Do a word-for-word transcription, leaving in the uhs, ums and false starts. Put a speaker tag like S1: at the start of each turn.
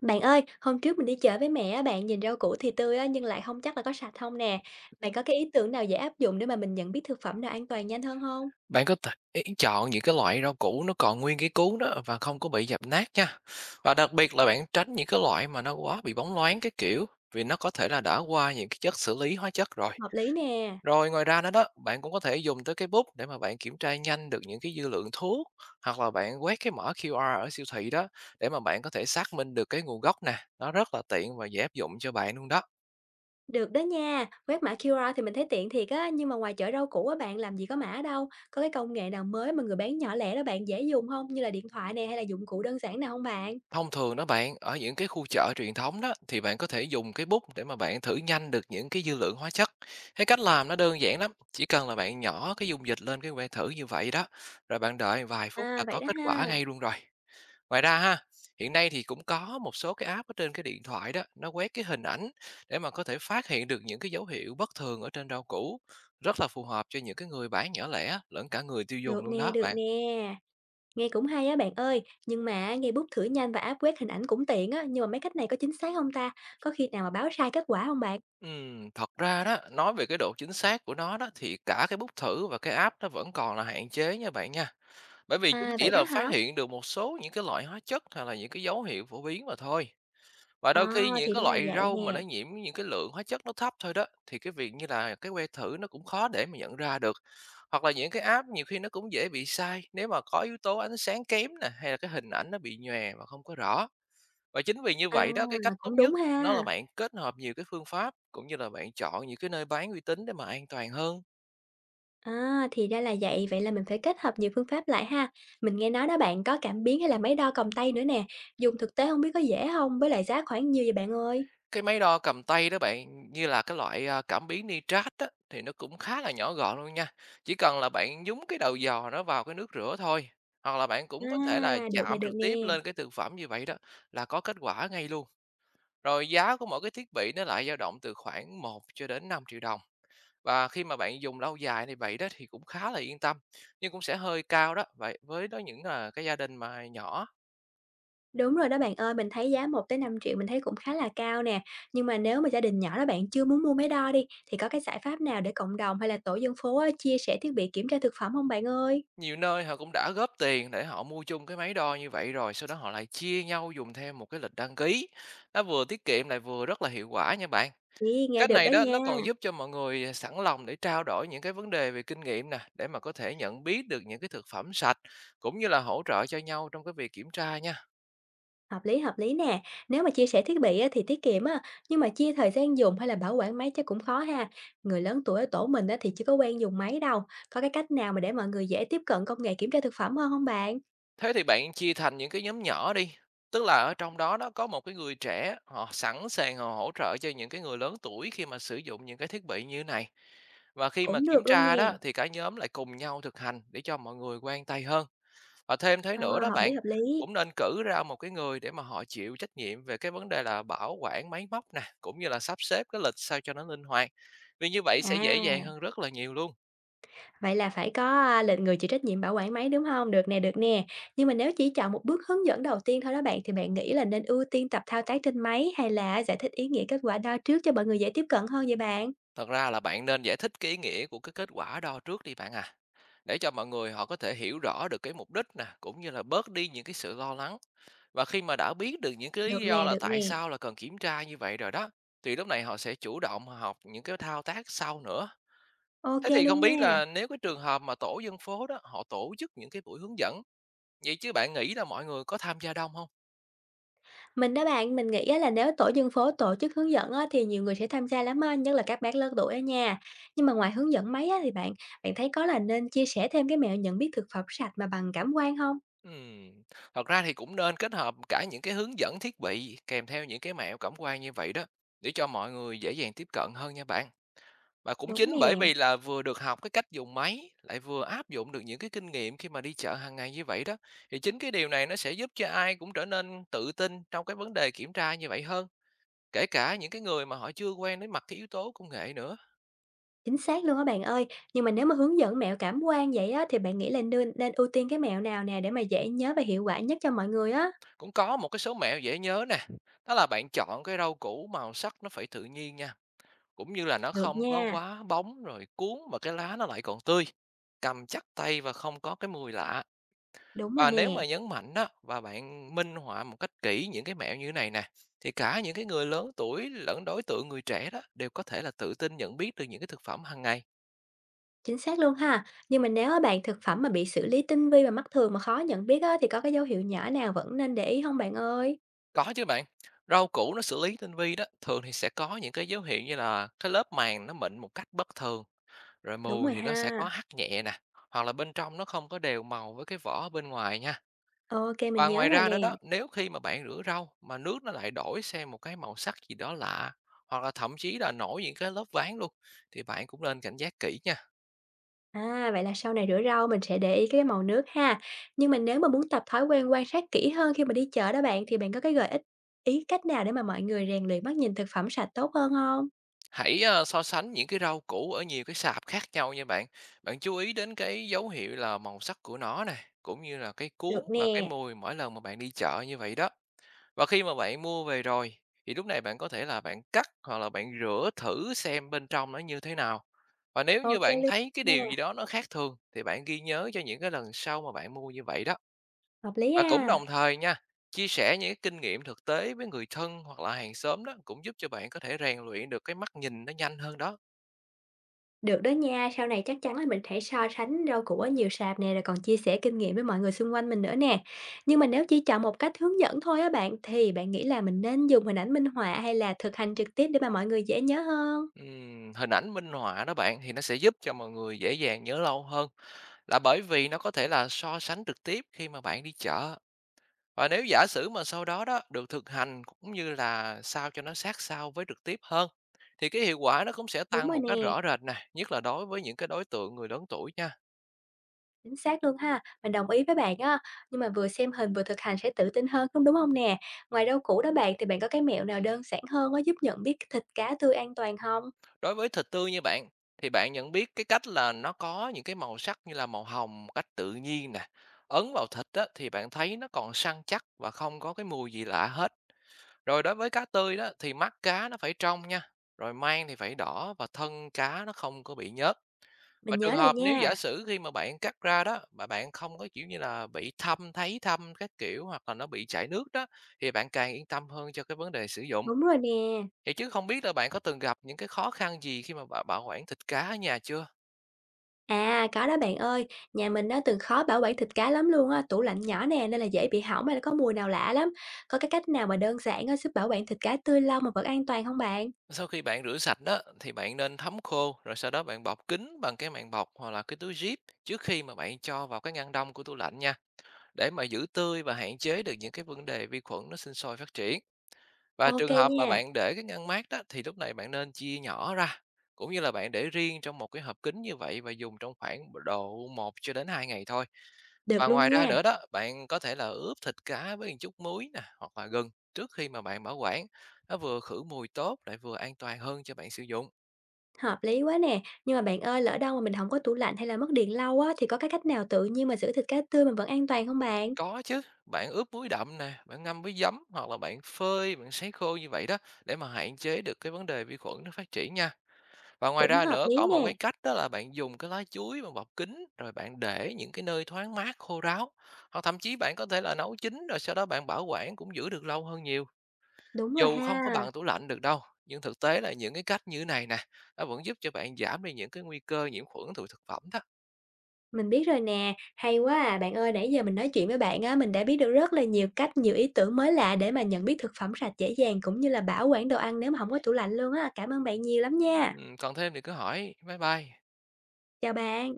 S1: Bạn ơi, hôm trước mình đi chợ với mẹ á bạn, nhìn rau củ thì tươi á, nhưng lại không chắc là có sạch không nè. Bạn có cái ý tưởng nào dễ áp dụng để mà mình nhận biết thực phẩm nào an toàn nhanh hơn không?
S2: Bạn có thể chọn những cái loại rau củ nó còn nguyên cái cuống đó và không có bị dập nát nha. Và đặc biệt là bạn tránh những cái loại mà nó quá bị bóng loáng cái kiểu, vì nó có thể là đã qua những cái chất xử lý hóa chất rồi.
S1: Hợp lý nè.
S2: Rồi ngoài ra nữa đó, bạn cũng có thể dùng tới cái bút để mà bạn kiểm tra nhanh được những cái dư lượng thuốc hoặc là bạn quét cái mã quy rờ ở siêu thị đó để mà bạn có thể xác minh được cái nguồn gốc nè. Nó rất là tiện và dễ áp dụng cho bạn luôn đó.
S1: Được đó nha, quét mã Q R thì mình thấy tiện thiệt á, nhưng mà ngoài chợ rau củ á bạn làm gì có mã đâu. Có cái công nghệ nào mới mà người bán nhỏ lẻ đó bạn dễ dùng không? Như là điện thoại nè hay là dụng cụ đơn giản nào không bạn?
S2: Thông thường đó bạn, ở những cái khu chợ truyền thống đó thì bạn có thể dùng cái bút để mà bạn thử nhanh được những cái dư lượng hóa chất. Cái cách làm nó đơn giản lắm, chỉ cần là bạn nhỏ cái dung dịch lên cái que thử như vậy đó, rồi bạn đợi vài phút
S1: À
S2: là
S1: vậy
S2: có
S1: đó
S2: kết
S1: ha.
S2: quả ngay luôn rồi. Ngoài ra ha, hiện nay thì cũng có một số cái app ở trên cái điện thoại đó, nó quét cái hình ảnh để mà có thể phát hiện được những cái dấu hiệu bất thường ở trên rau củ, rất là phù hợp cho những cái người bán nhỏ lẻ lẫn cả người tiêu dùng
S1: Được
S2: luôn
S1: nè,
S2: đó
S1: được
S2: bạn.
S1: nè. Nghe cũng hay á bạn ơi, nhưng mà nghe bút thử nhanh và áp quét hình ảnh cũng tiện á, nhưng mà mấy cách này có chính xác không ta? Có khi nào mà báo sai kết quả không bạn?
S2: Ừm, thật ra đó, nói về cái độ chính xác của nó đó thì cả cái bút thử và cái app nó vẫn còn là hạn chế nha bạn nha. Bởi vì chúng
S1: À,
S2: chỉ
S1: vậy đó
S2: là
S1: hả?
S2: phát hiện được một số những cái loại hóa chất hay là những cái dấu hiệu phổ biến mà thôi. Và
S1: À,
S2: đôi khi những
S1: thì
S2: cái
S1: ra là
S2: loại
S1: vậy
S2: rau mà nó
S1: nè.
S2: nhiễm những cái lượng hóa chất nó thấp thôi đó thì cái việc như là cái que thử nó cũng khó để mà nhận ra được. Hoặc là những cái app nhiều khi nó cũng dễ bị sai nếu mà có yếu tố ánh sáng kém nè hay là cái hình ảnh nó bị nhòe và không có rõ. Và chính vì như
S1: À,
S2: vậy đó, cái cách tốt
S1: cũng đúng
S2: nhất nó là
S1: ha.
S2: bạn kết hợp nhiều cái phương pháp, cũng như là bạn chọn những cái nơi bán uy tín để mà an toàn hơn.
S1: À, thì ra là vậy, vậy là mình phải kết hợp nhiều phương pháp lại ha. Mình nghe nói đó bạn có cảm biến hay là máy đo còng tay nữa nè, dùng thực tế không biết có dễ không? Với lại giá khoảng nhiêu vậy bạn ơi?
S2: Cái máy đo cầm tay đó bạn, như là cái loại, à, cảm biến nitrat á, thì nó cũng khá là nhỏ gọn luôn nha, chỉ cần là bạn nhúng cái đầu giò nó vào cái nước rửa thôi, hoặc là bạn
S1: À,
S2: cũng có thể là
S1: được nè,
S2: chạm
S1: được
S2: trực tiếp
S1: nè.
S2: lên cái thực phẩm như vậy đó, là có kết quả ngay luôn. Rồi giá của mỗi cái thiết bị nó lại dao động từ khoảng một cho đến năm triệu đồng. Và khi mà bạn dùng lâu dài như vậy đó thì cũng khá là yên tâm, nhưng cũng sẽ hơi cao đó. Vậy với đó những, là cái gia đình mà nhỏ,
S1: Đúng rồi đó bạn ơi, mình thấy giá một tới năm triệu mình thấy cũng khá là cao nè. Nhưng mà nếu mà gia đình nhỏ đó bạn chưa muốn mua máy đo đi, thì có cái giải pháp nào để cộng đồng hay là tổ dân phố á, chia sẻ thiết bị kiểm tra thực phẩm không bạn ơi?
S2: nhiều nơi họ cũng đã góp tiền để họ mua chung cái máy đo như vậy rồi, sau đó họ lại chia nhau dùng theo một cái lịch đăng ký. Nó vừa tiết kiệm lại vừa rất là hiệu quả nha bạn.
S1: Ê, nghe
S2: Cách
S1: được
S2: này
S1: đó
S2: đó nó
S1: nha,
S2: còn giúp cho mọi người, à, sẵn lòng để trao đổi những cái vấn đề về kinh nghiệm nè, để mà có thể nhận biết được những cái thực phẩm sạch, cũng như là hỗ trợ cho nhau trong cái việc kiểm tra nha.
S1: hợp lý, hợp lý nè. Nếu mà chia sẻ thiết bị á, thì tiết kiệm á, nhưng mà chia thời gian dùng hay là bảo quản máy chắc cũng khó ha. Người lớn tuổi ở tổ mình á, thì chưa có quen dùng máy đâu. Có cái cách nào mà để mọi người dễ tiếp cận công nghệ kiểm tra thực phẩm hơn hông bạn?
S2: Thế thì bạn chia thành những cái nhóm nhỏ đi, tức là ở trong đó đó có một cái người trẻ họ sẵn sàng họ hỗ trợ cho những cái người lớn tuổi khi mà sử dụng những cái thiết bị như này. Và khi mà
S1: Cũng được
S2: kiểm
S1: luôn
S2: tra
S1: nè,
S2: đó thì cả nhóm lại cùng nhau thực hành để cho mọi người quen tay hơn. Và thêm thế
S1: ờ,
S2: nữa đó
S1: hợp lý,
S2: bạn,
S1: hợp lý.
S2: cũng nên cử ra một cái người để mà họ chịu trách nhiệm về cái vấn đề là bảo quản máy móc nè, cũng như là sắp xếp cái lịch sao cho nó linh hoạt. Vì như vậy sẽ dễ dàng
S1: À.
S2: hơn rất là nhiều luôn.
S1: Vậy là phải có, a, lịch người chịu trách nhiệm bảo quản máy, đúng không? Được nè, được nè. Nhưng mà nếu chỉ chọn một bước hướng dẫn đầu tiên thôi đó bạn, thì bạn nghĩ là nên ưu tiên tập thao tác trên máy hay là giải thích ý nghĩa kết quả đo trước cho mọi người dễ tiếp cận hơn vậy bạn?
S2: Thật ra là bạn nên giải thích cái ý nghĩa của cái kết quả đo trước đi bạn à. Để cho mọi người họ có thể hiểu rõ được cái mục đích nè cũng như là bớt đi những cái sự lo lắng, và khi mà đã biết được những cái lý
S1: Được
S2: do
S1: nè,
S2: là
S1: được
S2: tại
S1: nè.
S2: sao là cần kiểm tra như vậy rồi đó thì lúc này họ sẽ chủ động họ học những cái thao tác sau nữa.
S1: Ok
S2: Thế thì không
S1: luôn
S2: biết
S1: nha.
S2: là nếu cái trường hợp mà tổ dân phố đó họ tổ chức những cái buổi hướng dẫn, vậy chứ bạn nghĩ là mọi người có tham gia đông không?
S1: Mình đó bạn, mình nghĩ á là nếu tổ dân phố tổ chức hướng dẫn á thì nhiều người sẽ tham gia lắm á, nhất là các bác lớn tuổi ở nhà. Nhưng mà ngoài hướng dẫn máy á thì bạn, bạn thấy có là nên chia sẻ thêm cái mẹo nhận biết thực phẩm sạch mà bằng cảm quan không?
S2: Ừm, thật ra thì cũng nên kết hợp cả những cái hướng dẫn thiết bị kèm theo những cái mẹo cảm quan như vậy đó để cho mọi người dễ dàng tiếp cận hơn nha bạn. Và cũng chính
S1: Đúng
S2: bởi
S1: nè.
S2: vì là vừa được học cái cách dùng máy, lại vừa áp dụng được những cái kinh nghiệm khi mà đi chợ hàng ngày như vậy đó, thì chính cái điều này nó sẽ giúp cho ai cũng trở nên tự tin trong cái vấn đề kiểm tra như vậy hơn. Kể cả những cái người mà họ chưa quen đến mặt cái yếu tố công nghệ nữa.
S1: Chính xác luôn á bạn ơi. Nhưng mà nếu mà hướng dẫn mẹo cảm quan vậy á, thì bạn nghĩ là nên nên ưu tiên cái mẹo nào nè để mà dễ nhớ và hiệu quả nhất cho mọi người á?
S2: Cũng có một cái số mẹo dễ nhớ nè, đó là bạn chọn cái rau củ màu sắc nó phải tự nhiên nha, cũng như là nó
S1: Được
S2: không có
S1: nha,
S2: quá bóng rồi cuốn và cái lá nó lại còn tươi. Cầm chắc tay và không có cái mùi lạ.
S1: đúng rồi
S2: Và nếu
S1: nè,
S2: mà nhấn mạnh đó và bạn minh họa một cách kỹ những cái mẹo như thế này nè, thì cả những cái người lớn tuổi lẫn đối tượng người trẻ đó đều có thể là tự tin nhận biết được những cái thực phẩm hàng ngày.
S1: chính xác luôn ha. Nhưng mà nếu á bạn thực phẩm mà bị xử lý tinh vi và mắt thường mà khó nhận biết á, thì có cái dấu hiệu nhỏ nào vẫn nên để ý không bạn ơi?
S2: Có chứ bạn, rau củ nó xử lý tinh vi đó, thường thì sẽ có những cái dấu hiệu như là cái lớp màng nó mịn một cách bất thường, rồi
S1: Đúng
S2: mùi
S1: rồi
S2: thì nó sẽ có
S1: ha.
S2: hắc nhẹ nè, hoặc là bên trong nó không có đều màu với cái vỏ ở bên ngoài nha.
S1: Ok mình
S2: Và
S1: nhớ
S2: ngoài
S1: rồi
S2: ra
S1: nè.
S2: nữa đó, nếu khi mà bạn rửa rau mà nước nó lại đổi sang một cái màu sắc gì đó lạ, hoặc là thậm chí là nổi những cái lớp ván luôn, thì bạn cũng nên cảnh giác kỹ nha.
S1: À, vậy là sau này rửa rau mình sẽ để ý cái màu nước ha. Nhưng mà nếu mà muốn tập thói quen quan sát kỹ hơn khi mà đi chợ đó bạn thì bạn có cái gợi ích ý cách nào để mà mọi người rèn luyện mắt nhìn thực phẩm sạch tốt hơn không?
S2: Hãy, ờ, so sánh những cái rau củ ở nhiều cái sạp khác nhau nha bạn. Bạn chú ý đến cái dấu hiệu là màu sắc của nó nè, cũng như là cái
S1: Được
S2: cuống và cái
S1: nè,
S2: mùi mỗi lần mà bạn đi chợ như vậy đó. Và khi mà bạn mua về rồi thì lúc này bạn có thể là bạn cắt hoặc là bạn rửa thử xem bên trong nó như thế nào. Và nếu như
S1: Ok
S2: bạn
S1: luôn
S2: thấy cái
S1: nha,
S2: điều gì đó nó khác thường thì bạn ghi nhớ cho những cái lần sau mà bạn mua như vậy đó.
S1: hợp lý
S2: Và cũng
S1: ha.
S2: đồng thời nha, chia sẻ những cái kinh nghiệm thực tế với người thân hoặc là hàng xóm đó cũng giúp cho bạn có thể rèn luyện được cái mắt nhìn nó nhanh hơn đó.
S1: Được đó nha, sau này chắc chắn là mình sẽ so sánh rau củ ở nhiều sạp nè rồi còn chia sẻ kinh nghiệm với mọi người xung quanh mình nữa nè. Nhưng mà nếu chỉ chọn một cách hướng dẫn thôi á bạn thì bạn nghĩ là mình nên dùng hình ảnh minh họa hay là thực hành trực tiếp để mà mọi người dễ nhớ hơn?
S2: Ừm, hình ảnh minh họa đó bạn thì nó sẽ giúp cho mọi người dễ dàng nhớ lâu hơn là bởi vì nó có thể là so sánh trực tiếp khi mà bạn đi chợ. Và nếu giả sử mà sau đó đó được thực hành cũng như là sao cho nó sát sao với trực tiếp hơn thì cái hiệu quả nó cũng sẽ
S1: Đúng
S2: tăng
S1: rồi
S2: một cách
S1: nè.
S2: rõ rệt nè, nhất là đối với những cái đối tượng người lớn tuổi nha.
S1: Chính xác luôn ha, mình đồng ý với bạn á, nhưng mà vừa xem hình vừa thực hành sẽ tự tin hơn, đúng đúng hông nè? Ngoài rau củ đó bạn, thì bạn có cái mẹo nào đơn giản hơn á, giúp nhận biết thịt cá tươi an toàn không?
S2: Đối với thịt tươi như bạn thì bạn nhận biết cái cách là nó có những cái màu sắc như là màu hồng một cách tự nhiên nè. Ấn vào thịt á, thì bạn thấy nó còn săn chắc và không có cái mùi gì lạ hết. Rồi đối với cá tươi đó thì mắt cá nó phải trong nha, rồi mang thì phải đỏ và thân cá nó không có bị nhớt. Và
S1: Mình
S2: trường
S1: nhớ rồi
S2: hợp nếu
S1: nha.
S2: giả sử khi mà bạn cắt ra đó, mà bạn không có, kiểu như là, bị thâm, thấy thâm các kiểu, hoặc là nó bị chảy nước đó, thì bạn càng yên tâm hơn cho cái vấn đề sử dụng.
S1: Đúng rồi nè.
S2: Vậy chứ không biết là bạn có từng gặp những cái khó khăn gì khi mà bạn bảo quản thịt cá ở nhà chưa?
S1: À, có đó bạn ơi, nhà mình nó từng khó bảo quản thịt cá lắm luôn á, tủ lạnh nhỏ nè nên là dễ bị hỏng hay là có mùi nào lạ lắm. Có cái cách nào mà đơn giản á, giúp bảo quản thịt cá tươi lâu mà vẫn an toàn không bạn?
S2: Sau khi bạn rửa sạch đó, thì bạn nên thấm khô, rồi sau đó bạn bọc kín bằng cái màng bọc hoặc là cái túi zip trước khi mà bạn cho vào cái ngăn đông của tủ lạnh nha, để mà giữ tươi và hạn chế được những cái vấn đề vi khuẩn nó sinh sôi phát triển. Và
S1: Ok
S2: trường hợp mà
S1: nha,
S2: bạn để cái ngăn mát đó thì lúc này bạn nên chia nhỏ ra, cũng như là bạn để riêng trong một cái hộp kín như vậy và dùng trong khoảng độ một cho đến hai ngày thôi. Và
S1: được luôn
S2: ngoài ra
S1: nha.
S2: nữa đó, bạn có thể là ướp thịt cá với một chút muối nè, hoặc là gừng trước khi mà bạn bảo quản. Nó vừa khử mùi tốt lại vừa an toàn hơn cho bạn sử dụng.
S1: Hợp lý quá nè, nhưng mà bạn ơi, lỡ đâu mà mình không có tủ lạnh hay là mất điện lâu á, thì có cái cách nào tự nhiên mà giữ thịt cá tươi mình vẫn an toàn không bạn?
S2: Có chứ, bạn ướp muối đậm nè, bạn ngâm với giấm hoặc là bạn phơi, bạn sấy khô như vậy đó để mà hạn chế được cái vấn đề vi khuẩn nó phát triển nha. Và ngoài
S1: Cũng
S2: ra
S1: hợp
S2: nữa
S1: lý
S2: có một
S1: nè,
S2: cái cách đó là bạn dùng cái lá chuối bạn bọc kín, rồi bạn để những cái nơi thoáng mát, khô ráo, hoặc thậm chí bạn có thể là nấu chín rồi sau đó bạn bảo quản cũng giữ được lâu hơn nhiều.
S1: đúng rồi
S2: Dù
S1: ha,
S2: không có bằng tủ lạnh được đâu, nhưng thực tế là những cái cách như thế này nè, nó vẫn giúp cho bạn giảm đi những cái nguy cơ nhiễm khuẩn từ thực phẩm đó.
S1: mình biết rồi nè, hay quá à. Bạn ơi, nãy giờ mình nói chuyện với bạn á, mình đã biết được rất là nhiều cách, nhiều ý tưởng mới lạ để mà nhận biết thực phẩm sạch dễ dàng cũng như là bảo quản đồ ăn nếu mà không có tủ lạnh luôn á. Cảm ơn bạn nhiều lắm nha.
S2: Ừm, còn thêm thì cứ hỏi. Bye bye.
S1: Chào bạn.